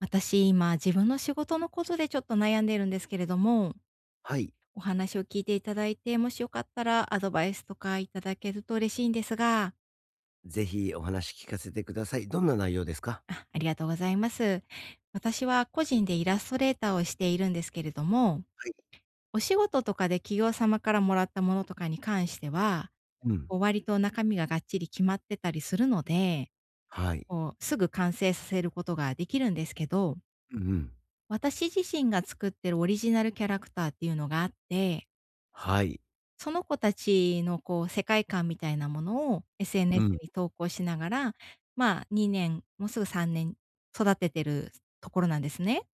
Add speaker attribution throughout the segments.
Speaker 1: 私、今、自分の仕事のことでちょっと悩んでいるんですけれども、
Speaker 2: はい。
Speaker 1: お話を聞いていただいて、もしよかったらアドバイスとかいただけると嬉しいんですが、
Speaker 2: ぜひお話聞かせてください。どんな内容ですか？
Speaker 1: あ、ありがとうございます。私は個人でイラストレーターをしているんですけれども、
Speaker 2: はい。
Speaker 1: お仕事とかで企業様からもらったものとかに関しては、
Speaker 2: うん。
Speaker 1: こう割と中身ががっちり決まってたりするので、
Speaker 2: はい。
Speaker 1: こうすぐ完成させることができるんですけど、
Speaker 2: うんうん。
Speaker 1: 私自身が作ってるオリジナルキャラクターっていうのがあって、
Speaker 2: はい。
Speaker 1: その子たちのこう世界観みたいなものを
Speaker 2: う
Speaker 1: SNS
Speaker 2: ん。
Speaker 1: に投稿しながら、まあ、2年、もうすぐ3年育ててるところなんですね。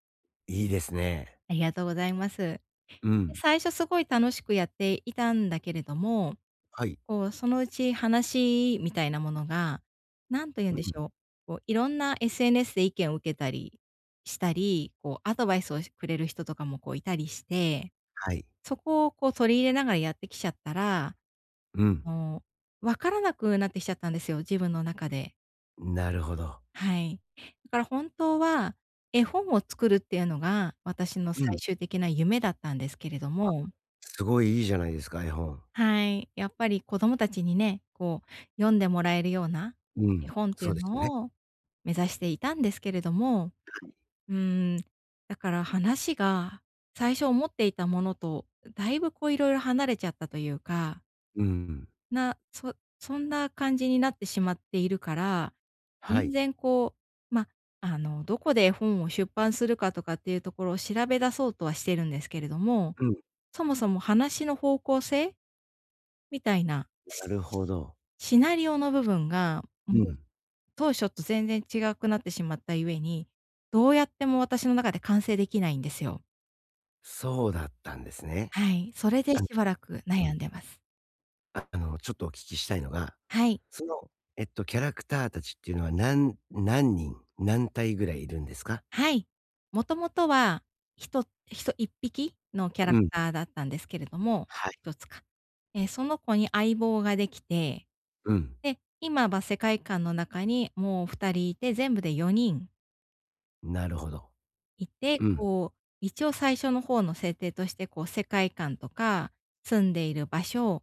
Speaker 2: いいですね。
Speaker 1: ありがとうございます。で、
Speaker 2: うん。
Speaker 1: 最初すごい楽しくやっていたんだけれども、
Speaker 2: はい。
Speaker 1: こう、そのうち話みたいなものが、何と言うんで
Speaker 2: う
Speaker 1: し
Speaker 2: ん。
Speaker 1: ょう、こういろんな SNS で意見を受けたりしたり、こうアドバイスをくれる人とかもこういたりして、
Speaker 2: はい。
Speaker 1: そこをこう取り入れながらやってきちゃったら
Speaker 2: うん。
Speaker 1: あの、分からなくなってきちゃったんですよ、自分の中で。
Speaker 2: なるほど。
Speaker 1: はい。だから本当は、絵本を作るっていうのが、私の
Speaker 2: うん。
Speaker 1: 最終的な夢だったんですけれども、
Speaker 2: すごいいいじゃないですか、絵本。
Speaker 1: はい、やっぱり子供たちにね、こう読んでもらえるような
Speaker 2: う
Speaker 1: 絵
Speaker 2: ん。
Speaker 1: 本ってい
Speaker 2: そう
Speaker 1: う
Speaker 2: ですね。
Speaker 1: のを目指していたんですけれども、うーん、だから話が最初思っていたものとだいぶこういろいろ離れちゃったというか
Speaker 2: うん。
Speaker 1: そんな感じになってしまっているから、
Speaker 2: は
Speaker 1: 全
Speaker 2: い。
Speaker 1: 然こう、ま、どこで絵本を出版するかとかっていうところを調べ出そうとはしてるんですけれども、
Speaker 2: うん。
Speaker 1: そもそも話の方向性みたいな、
Speaker 2: なるほど。
Speaker 1: シナリオの部分が、も
Speaker 2: う
Speaker 1: う
Speaker 2: ん。
Speaker 1: 当初と全然違くなってしまったゆえに、どうやっても私の中で完成できないんですよ。
Speaker 2: そうだったんですね。
Speaker 1: はい、それで
Speaker 2: あの
Speaker 1: しばらく
Speaker 2: う
Speaker 1: 悩
Speaker 2: ん。
Speaker 1: んでます。
Speaker 2: ちょっとお聞きしたいのが、
Speaker 1: はい。
Speaker 2: その、キャラクターたちっていうのは、何人、何体ぐらいいるんですか？
Speaker 1: はい。もともとは、ひとひと1匹のキャラ
Speaker 2: う
Speaker 1: ク
Speaker 2: ん。
Speaker 1: ターだったんですけれども、
Speaker 2: はい。
Speaker 1: 1つか。その子に相棒ができて、
Speaker 2: うん、
Speaker 1: で、今は世界観の中にもう2人いて、全部で4人
Speaker 2: なるほど。
Speaker 1: いて、
Speaker 2: うん、
Speaker 1: こう、一応最初の方の設定として、こう、世界観とか、住んでいる場所、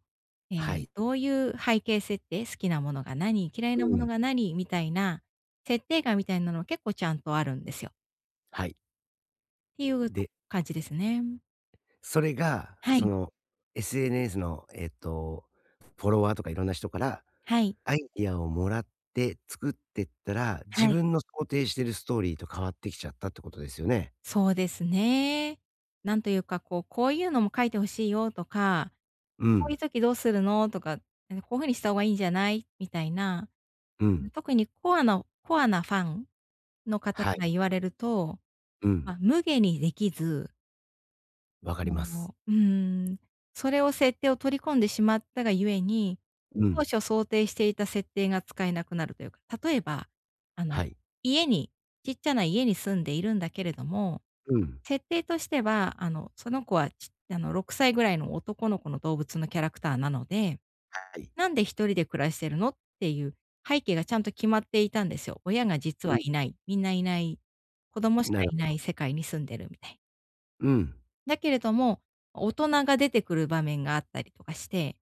Speaker 1: え
Speaker 2: はい。
Speaker 1: どういう背景設定、好きなものが何、嫌い
Speaker 2: う
Speaker 1: なもの
Speaker 2: ん、
Speaker 1: が何みたいな、設定画みたいなの結構ちゃんとあるんですよ。
Speaker 2: はい。
Speaker 1: っていうと
Speaker 2: で、
Speaker 1: 感じですね。
Speaker 2: それが、
Speaker 1: は
Speaker 2: そ
Speaker 1: い、
Speaker 2: の、SNS の、フォロワーとかいろんな人から
Speaker 1: はい、
Speaker 2: アイディアをもらって作ってったら、自
Speaker 1: はい、
Speaker 2: 分の想定してるストーリーと変わってきちゃったってことですよね。
Speaker 1: そうですね。なんというか、こう、こういうのも書いて欲しいよとか、
Speaker 2: う
Speaker 1: こうい
Speaker 2: ん、
Speaker 1: う時どうするのとか、なんかこういう風にした方がいいんじゃないみたいな、
Speaker 2: うん、
Speaker 1: 特にコアなファンの方か
Speaker 2: はい。
Speaker 1: ら言われると、
Speaker 2: うん、
Speaker 1: ま、無下にできず
Speaker 2: わかります。
Speaker 1: もう、うーん、それを設定を取り込んでしまったがゆえに、
Speaker 2: う
Speaker 1: 当
Speaker 2: ん、
Speaker 1: 初想定していた設定が使えなくなるというか、例えば、あの、
Speaker 2: はい。
Speaker 1: 家にちっちゃな家に住んでいるんだけれども、
Speaker 2: うん、
Speaker 1: 設定としては、あの、その子は、ちあの、6歳ぐらいの男の子の動物のキャラクターなので、
Speaker 2: はい。
Speaker 1: 「なんで一人で暮らしてるの？」っていう背景がちゃんと決まっていたんですよ。親が実
Speaker 2: う
Speaker 1: は
Speaker 2: ん、
Speaker 1: いない、みんないない、子供しか
Speaker 2: なる
Speaker 1: い
Speaker 2: ほ
Speaker 1: な
Speaker 2: ど。
Speaker 1: い世界に住んでるみたいな
Speaker 2: うん、
Speaker 1: だけれども、大人が出てくる場面があったりとかして、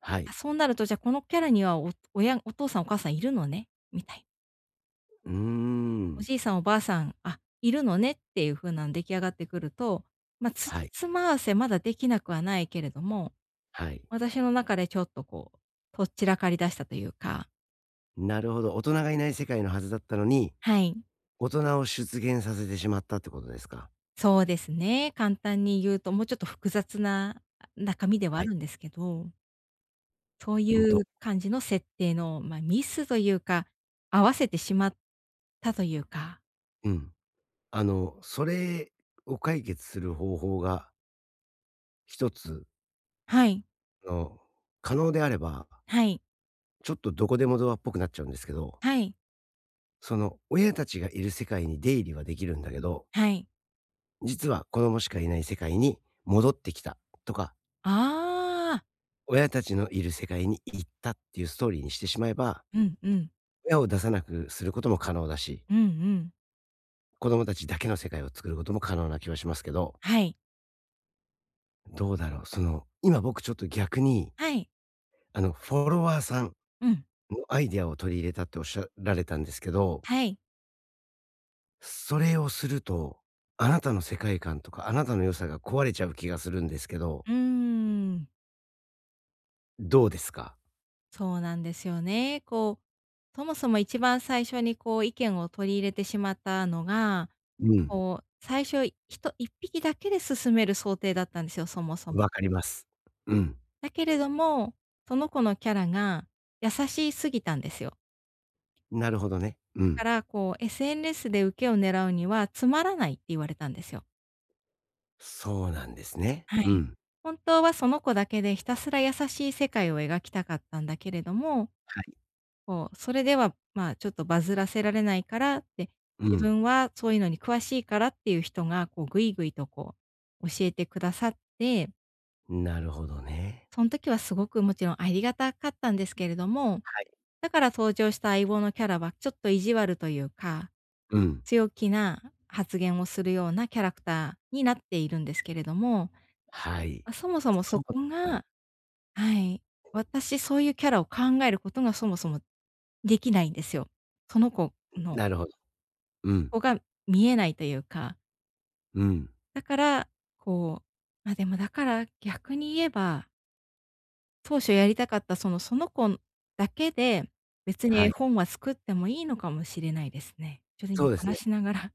Speaker 2: は
Speaker 1: あ、
Speaker 2: い。
Speaker 1: そうなるとじゃあこのキャラにはお父さんお母さんいるのね、みたい。
Speaker 2: うー
Speaker 1: お
Speaker 2: ん、
Speaker 1: じいさんおばあさん、あ、いるのねっていう風なん出来上がってくると、ま、
Speaker 2: は
Speaker 1: 辻
Speaker 2: い、
Speaker 1: 褄合わせまだできなくはないけれども、
Speaker 2: はい。
Speaker 1: 私の中でちょっとこう、とっちらかりだしたというか、
Speaker 2: なるほど。大人がいない世界のはずだったのに、
Speaker 1: はい、
Speaker 2: 大人を出現させてしまったってことですか？
Speaker 1: そうですね、簡単に言うともうちょっと複雑な中身では
Speaker 2: は
Speaker 1: あ
Speaker 2: い。
Speaker 1: るんですけど。そう
Speaker 2: うん
Speaker 1: い
Speaker 2: と、
Speaker 1: う感じの設定の、まあ、ミスというか、合わせてしまったというか。
Speaker 2: うん。それを解決する方法が一つ
Speaker 1: はい、
Speaker 2: の可能であれば、
Speaker 1: はい、
Speaker 2: ちょっとどこでもドアっぽくなっちゃうんですけど、
Speaker 1: はい、
Speaker 2: その親たちがいる世界に出入りはできるんだけど、
Speaker 1: はい。
Speaker 2: 実は子供しかいない世界に戻ってきたとか、
Speaker 1: ああ、
Speaker 2: 親たちのいる世界に行ったっていうストーリーにしてしまえば、
Speaker 1: うんうん、
Speaker 2: 親を出さなくすることも可能だし、
Speaker 1: うんうん。
Speaker 2: 子供たちだけの世界を作ることも可能な気はしますけど
Speaker 1: はい、
Speaker 2: どうだろう、その、今僕ちょっと逆に、
Speaker 1: はい、
Speaker 2: フォロワーさんの
Speaker 1: うん、
Speaker 2: アイデアを取り入れたっておっしゃられたんですけど、
Speaker 1: はい。
Speaker 2: それをすると、あなたの世界観とか、あなたの良さが壊れちゃう気がするんですけど、
Speaker 1: うーん、
Speaker 2: どうですか？
Speaker 1: そうなんですよね。こう、そもそも一番最初にこう意見を取り入れてしまったのが、
Speaker 2: うん、
Speaker 1: こう、最初、一匹だけで進める想定だったんですよ、そもそも。
Speaker 2: わかります。うん、
Speaker 1: だけれども、その子のキャラが優しすぎたんですよ。
Speaker 2: なるほどね。うん、
Speaker 1: だから、こう SNS で受けを狙うにはつまらないって言われたんですよ。
Speaker 2: そうなんですね。
Speaker 1: は
Speaker 2: う
Speaker 1: い。
Speaker 2: ん。
Speaker 1: 本当はその子だけでひたすら優しい世界を描きたかったんだけれども、
Speaker 2: はい。
Speaker 1: こう、それでは、まあ、ちょっとバズらせられないからって、
Speaker 2: う
Speaker 1: 自
Speaker 2: ん、
Speaker 1: 分はそういうのに詳しいからっていう人が、こう、ぐいぐいと教えてくださって、
Speaker 2: なるほどね。
Speaker 1: その時はすごくもちろんありがたかったんですけれども、
Speaker 2: はい。
Speaker 1: だから登場した相棒のキャラはちょっと意地悪というか、
Speaker 2: うん、
Speaker 1: 強気な発言をするようなキャラクターになっているんですけれども、
Speaker 2: はい。
Speaker 1: ま、そもそも
Speaker 2: そ
Speaker 1: そ
Speaker 2: うだっ
Speaker 1: こ
Speaker 2: たん
Speaker 1: がはい、私そういうキャラを考えることがそもそもできないんですよ。その子の
Speaker 2: なるほど。う
Speaker 1: その
Speaker 2: ん、
Speaker 1: 子が見えないというか、
Speaker 2: うん、
Speaker 1: だから、こう、ま、でもだから逆に言えば当初やりたかったその子だけで、別に
Speaker 2: は
Speaker 1: 絵
Speaker 2: い。
Speaker 1: 本は作ってもいいのかもしれないですね。ちょっと
Speaker 2: そ
Speaker 1: 今
Speaker 2: うですね。
Speaker 1: 話しながら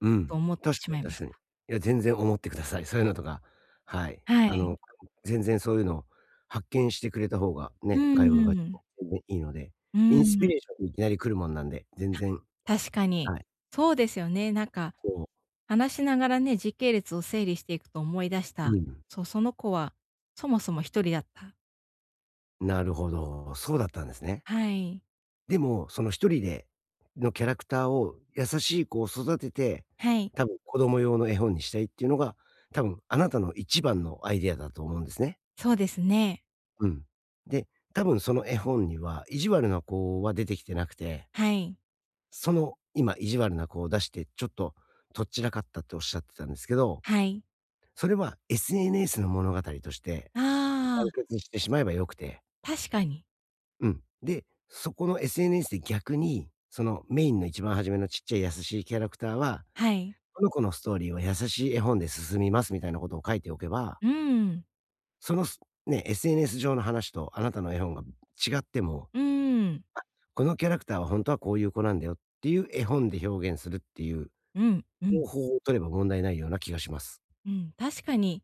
Speaker 2: う ん、
Speaker 1: と思って
Speaker 2: 確
Speaker 1: し
Speaker 2: か
Speaker 1: ま
Speaker 2: に
Speaker 1: いま
Speaker 2: 確
Speaker 1: し
Speaker 2: かに。い
Speaker 1: た。
Speaker 2: や、全然思ってください。そういうのとか、はい。
Speaker 1: はい。
Speaker 2: 全然そういうのを発見してくれた方が
Speaker 1: う
Speaker 2: ね、会話が
Speaker 1: んうん。
Speaker 2: 全然いいので、
Speaker 1: う
Speaker 2: インス
Speaker 1: ん
Speaker 2: ピ
Speaker 1: うん。
Speaker 2: レーションにいきなり来るもんなんで、全
Speaker 1: あ、
Speaker 2: 然、
Speaker 1: 確かに。
Speaker 2: はい、
Speaker 1: そうですよね。なんか
Speaker 2: そ
Speaker 1: 話しながらね、時系列を整理していくと思い出し
Speaker 2: う、
Speaker 1: た。
Speaker 2: うん。
Speaker 1: そう、その子はそもそも一人だった。
Speaker 2: なるほど、そうだったんですね。
Speaker 1: はい。
Speaker 2: でも、その一人でのキャラクターを優しい子を育てて、
Speaker 1: はい。
Speaker 2: 多分子供用の絵本にしたいっていうのが、多分あなたの一番のアイデアだと思うんですね。
Speaker 1: そうですね。
Speaker 2: うん。で、多分その絵本には、意地悪な子は出てきてなくて、
Speaker 1: はい。
Speaker 2: その今意地悪な子を出して、ちょっととっちらかったっておっしゃってたんですけど、
Speaker 1: はい。
Speaker 2: それは SNS の物語として
Speaker 1: あ
Speaker 2: 完
Speaker 1: あ、
Speaker 2: 結してしまえば良くて。
Speaker 1: 確かに。
Speaker 2: うん。で、そこの SNS で逆に、そのメインの一番初めのちっちゃい優しいキャラクターは、
Speaker 1: はい。
Speaker 2: この子のストーリーは優しい絵本で進みますみたいなことを書いておけば、
Speaker 1: うん。
Speaker 2: そのすね、SNS 上の話とあなたの絵本が違っても、
Speaker 1: うん。
Speaker 2: このキャラクターは本当はこういう子なんだよっていう絵本で表現するっていう
Speaker 1: うん、うん、
Speaker 2: 方法を取れば問題ないような気がします。
Speaker 1: うん、確かに、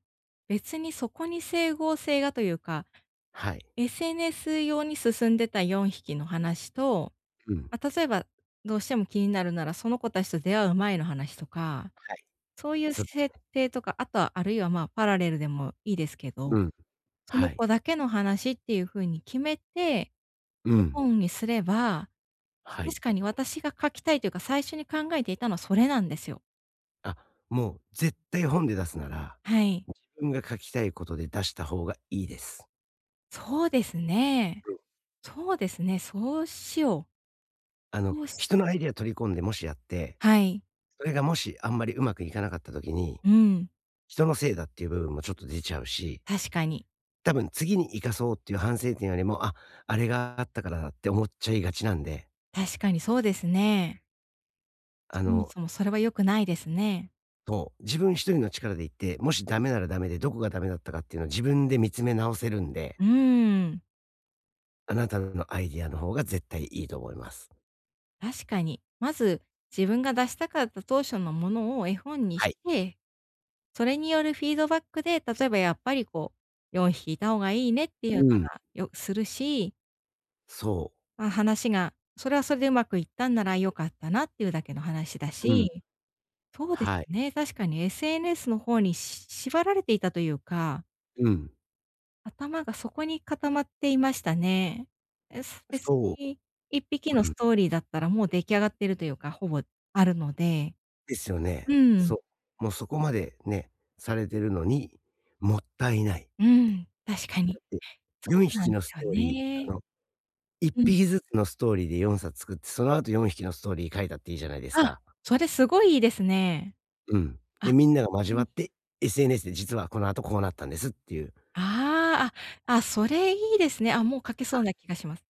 Speaker 1: 別にそこに整合性がというか、
Speaker 2: はい。
Speaker 1: SNS 用に進んでた4匹の話と、
Speaker 2: うん。
Speaker 1: まあ、例えば、どうしても気になるなら、その子たちと出会う前の話とか、
Speaker 2: はい。
Speaker 1: そういう
Speaker 2: そう
Speaker 1: 設定とか、あとは、あるいは、まあ、パラレルでもいいですけど、
Speaker 2: うん。
Speaker 1: そ
Speaker 2: は
Speaker 1: の
Speaker 2: い。
Speaker 1: 子だけの話っていう風に決めて、
Speaker 2: う
Speaker 1: 絵
Speaker 2: ん。
Speaker 1: 本にすれば、
Speaker 2: は
Speaker 1: 確
Speaker 2: い。
Speaker 1: かに私が書きたいというか、最初に考えていたのはそれなんですよ。
Speaker 2: あ、もう絶対本で出すなら、
Speaker 1: はい。
Speaker 2: 自分が書きたいことで出した方がいいです。
Speaker 1: そうですね。そうですね、そうしよう。そうし
Speaker 2: 人のアイディア取り込んでもしやって、
Speaker 1: はい。
Speaker 2: それがもしあんまりうまくいかなかった時に、
Speaker 1: うん、
Speaker 2: 人のせいだっていう部分もちょっと出ちゃうし、
Speaker 1: 確かに。
Speaker 2: 多分次に生かそうっていう反省点よりも、あ、あれがあったからだって思っちゃいがちなんで、
Speaker 1: 確かにそうですね。
Speaker 2: あ
Speaker 1: そも
Speaker 2: の
Speaker 1: そもそれは良くないですね。
Speaker 2: そう、自分一人の力で行って、もしダメならダメで、どこがダメだったかっていうのを自分で見つめ直せるんで、
Speaker 1: うーん、
Speaker 2: あなたのアイディアの方が絶対いいと思います。
Speaker 1: 確かに。まず、自分が出したかった当初のものを絵本に
Speaker 2: は
Speaker 1: し
Speaker 2: い。
Speaker 1: て、それによるフィードバックで、例えばやっぱりこう、4匹いた方がいいねっていうな
Speaker 2: うん。
Speaker 1: ら、するし、
Speaker 2: そ
Speaker 1: まあ、話がそれはそれでうまくいったんなら良かったなっていうだけの話だ
Speaker 2: う。うん。
Speaker 1: し、そうです
Speaker 2: はい。
Speaker 1: ね、確かに SNS の方に縛られていたというか、
Speaker 2: うん。
Speaker 1: 頭がそこに固まっていましたね。別
Speaker 2: そう。
Speaker 1: に一匹の
Speaker 2: うん。
Speaker 1: ストーリーだったらもう出来上がってるというか、ほぼあるので。
Speaker 2: ですよね。
Speaker 1: うん、
Speaker 2: そう。もうそこまでね、されてるのに、もったいない。
Speaker 1: うん、確かに。
Speaker 2: で、
Speaker 1: そ
Speaker 2: 4
Speaker 1: うな
Speaker 2: 匹
Speaker 1: んで
Speaker 2: のス
Speaker 1: す
Speaker 2: ト
Speaker 1: よ
Speaker 2: ーリー、あ
Speaker 1: ね。
Speaker 2: の、1
Speaker 1: うん。
Speaker 2: 匹ずつのストーリーで4冊作って、その後4匹のストーリー書いたっていいじゃないです
Speaker 1: あ、
Speaker 2: か。
Speaker 1: それすごいいいですね。
Speaker 2: うん。で、
Speaker 1: あ、
Speaker 2: みんなが交
Speaker 1: う
Speaker 2: わ
Speaker 1: ん。
Speaker 2: って、SNS で実はこの後こうなったんですっていう。
Speaker 1: ああ、あ、あ、それいいですね。あ、もう書け
Speaker 2: は
Speaker 1: そうな
Speaker 2: い。
Speaker 1: 気がします。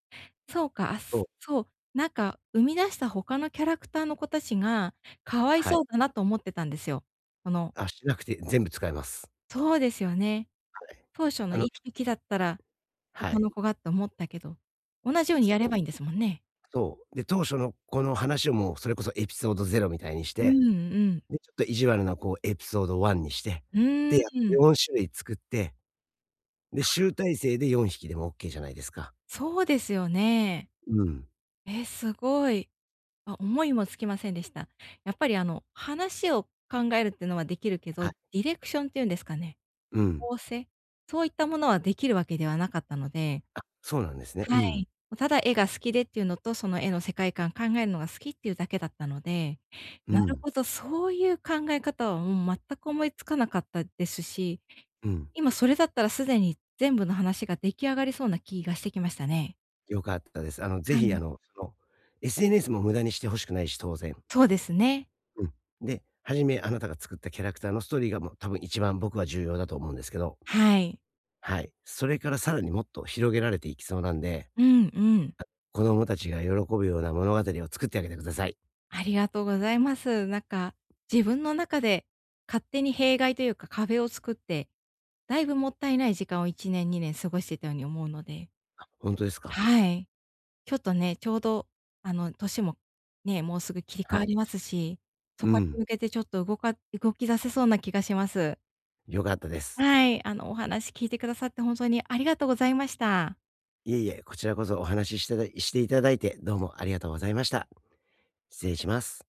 Speaker 1: そうか、あ、
Speaker 2: そう、
Speaker 1: そう、なんか生み出した他のキャラクターの子たちが、かわい
Speaker 2: は
Speaker 1: そ
Speaker 2: い。
Speaker 1: うだなと思ってたんですよ。この
Speaker 2: あ、しなくて全部使えます。
Speaker 1: そうですよね。
Speaker 2: はい。
Speaker 1: 当初
Speaker 2: あ
Speaker 1: の
Speaker 2: の
Speaker 1: 一匹だったら、
Speaker 2: は
Speaker 1: 他
Speaker 2: い。
Speaker 1: の子がって思ったけど、同じようにや
Speaker 2: そ
Speaker 1: れ
Speaker 2: う
Speaker 1: ばいいんですもんね。
Speaker 2: そう。で、当初のこの話をもうそれこそエピソードゼロみたいにし
Speaker 1: うん
Speaker 2: て、
Speaker 1: うん。
Speaker 2: で、ちょっと意地悪なこうエピソード1にして、
Speaker 1: う
Speaker 2: で、
Speaker 1: ー
Speaker 2: やって
Speaker 1: ん。
Speaker 2: 4種類作って、で、
Speaker 1: あ、
Speaker 2: 集大成で4匹でもオッケーじゃないですか。
Speaker 1: そうですよね。
Speaker 2: うん。
Speaker 1: え、すごい。あ、思いもつきませんでした。やっぱりあの、話を考えるってのはできるけ
Speaker 2: は
Speaker 1: ど、
Speaker 2: い。
Speaker 1: ディレクションっていうんですかね、
Speaker 2: うん。
Speaker 1: 構成、そういったものはできるわけではなかったので、
Speaker 2: そうなんですね。
Speaker 1: は
Speaker 2: うん。
Speaker 1: い。もうただ絵が好きでっていうのと、その絵の世界観考えるのが好きっていうだけだったので、
Speaker 2: う
Speaker 1: なる
Speaker 2: ん。
Speaker 1: ほど、そういう考え方はもう全く思いつかなかったですし、
Speaker 2: うん。
Speaker 1: 今それだったらすでに全部の話が出来上がりそうな気がしてきましたね。
Speaker 2: 良かったです。ぜ
Speaker 1: は
Speaker 2: ひ、
Speaker 1: い。
Speaker 2: その、SNS も無駄にして欲しくないし、当然。
Speaker 1: そうですね。
Speaker 2: うん。で、初めあなたが作ったキャラクターのストーリーがもう多分一番僕は重要だと思うんですけど、
Speaker 1: はい。
Speaker 2: はい。それからさらにもっと広げられていきそうなんで、
Speaker 1: うんうん。
Speaker 2: 子供たちが喜ぶような物語を作ってあげてください。
Speaker 1: ありがとうございます。なんか、自分の中で勝手に弊害というか壁を作って、だいぶもったいない時間を1年2年過ごしてたように思うので。
Speaker 2: 本当ですか？
Speaker 1: はい。ちょっとね、ちょうど、あの、年もね、もうすぐ切り
Speaker 2: は
Speaker 1: 替わり
Speaker 2: い。
Speaker 1: ますし、そ
Speaker 2: う
Speaker 1: こに
Speaker 2: ん。
Speaker 1: 向けてちょっと動き出せそうな気がします。
Speaker 2: 良かったです。
Speaker 1: はい、あの、お話聞いてくださって本当にありがとうございました。
Speaker 2: いえいえ、こちらこそお話ししてたしていただいて、どうもありがとうございました。失礼します。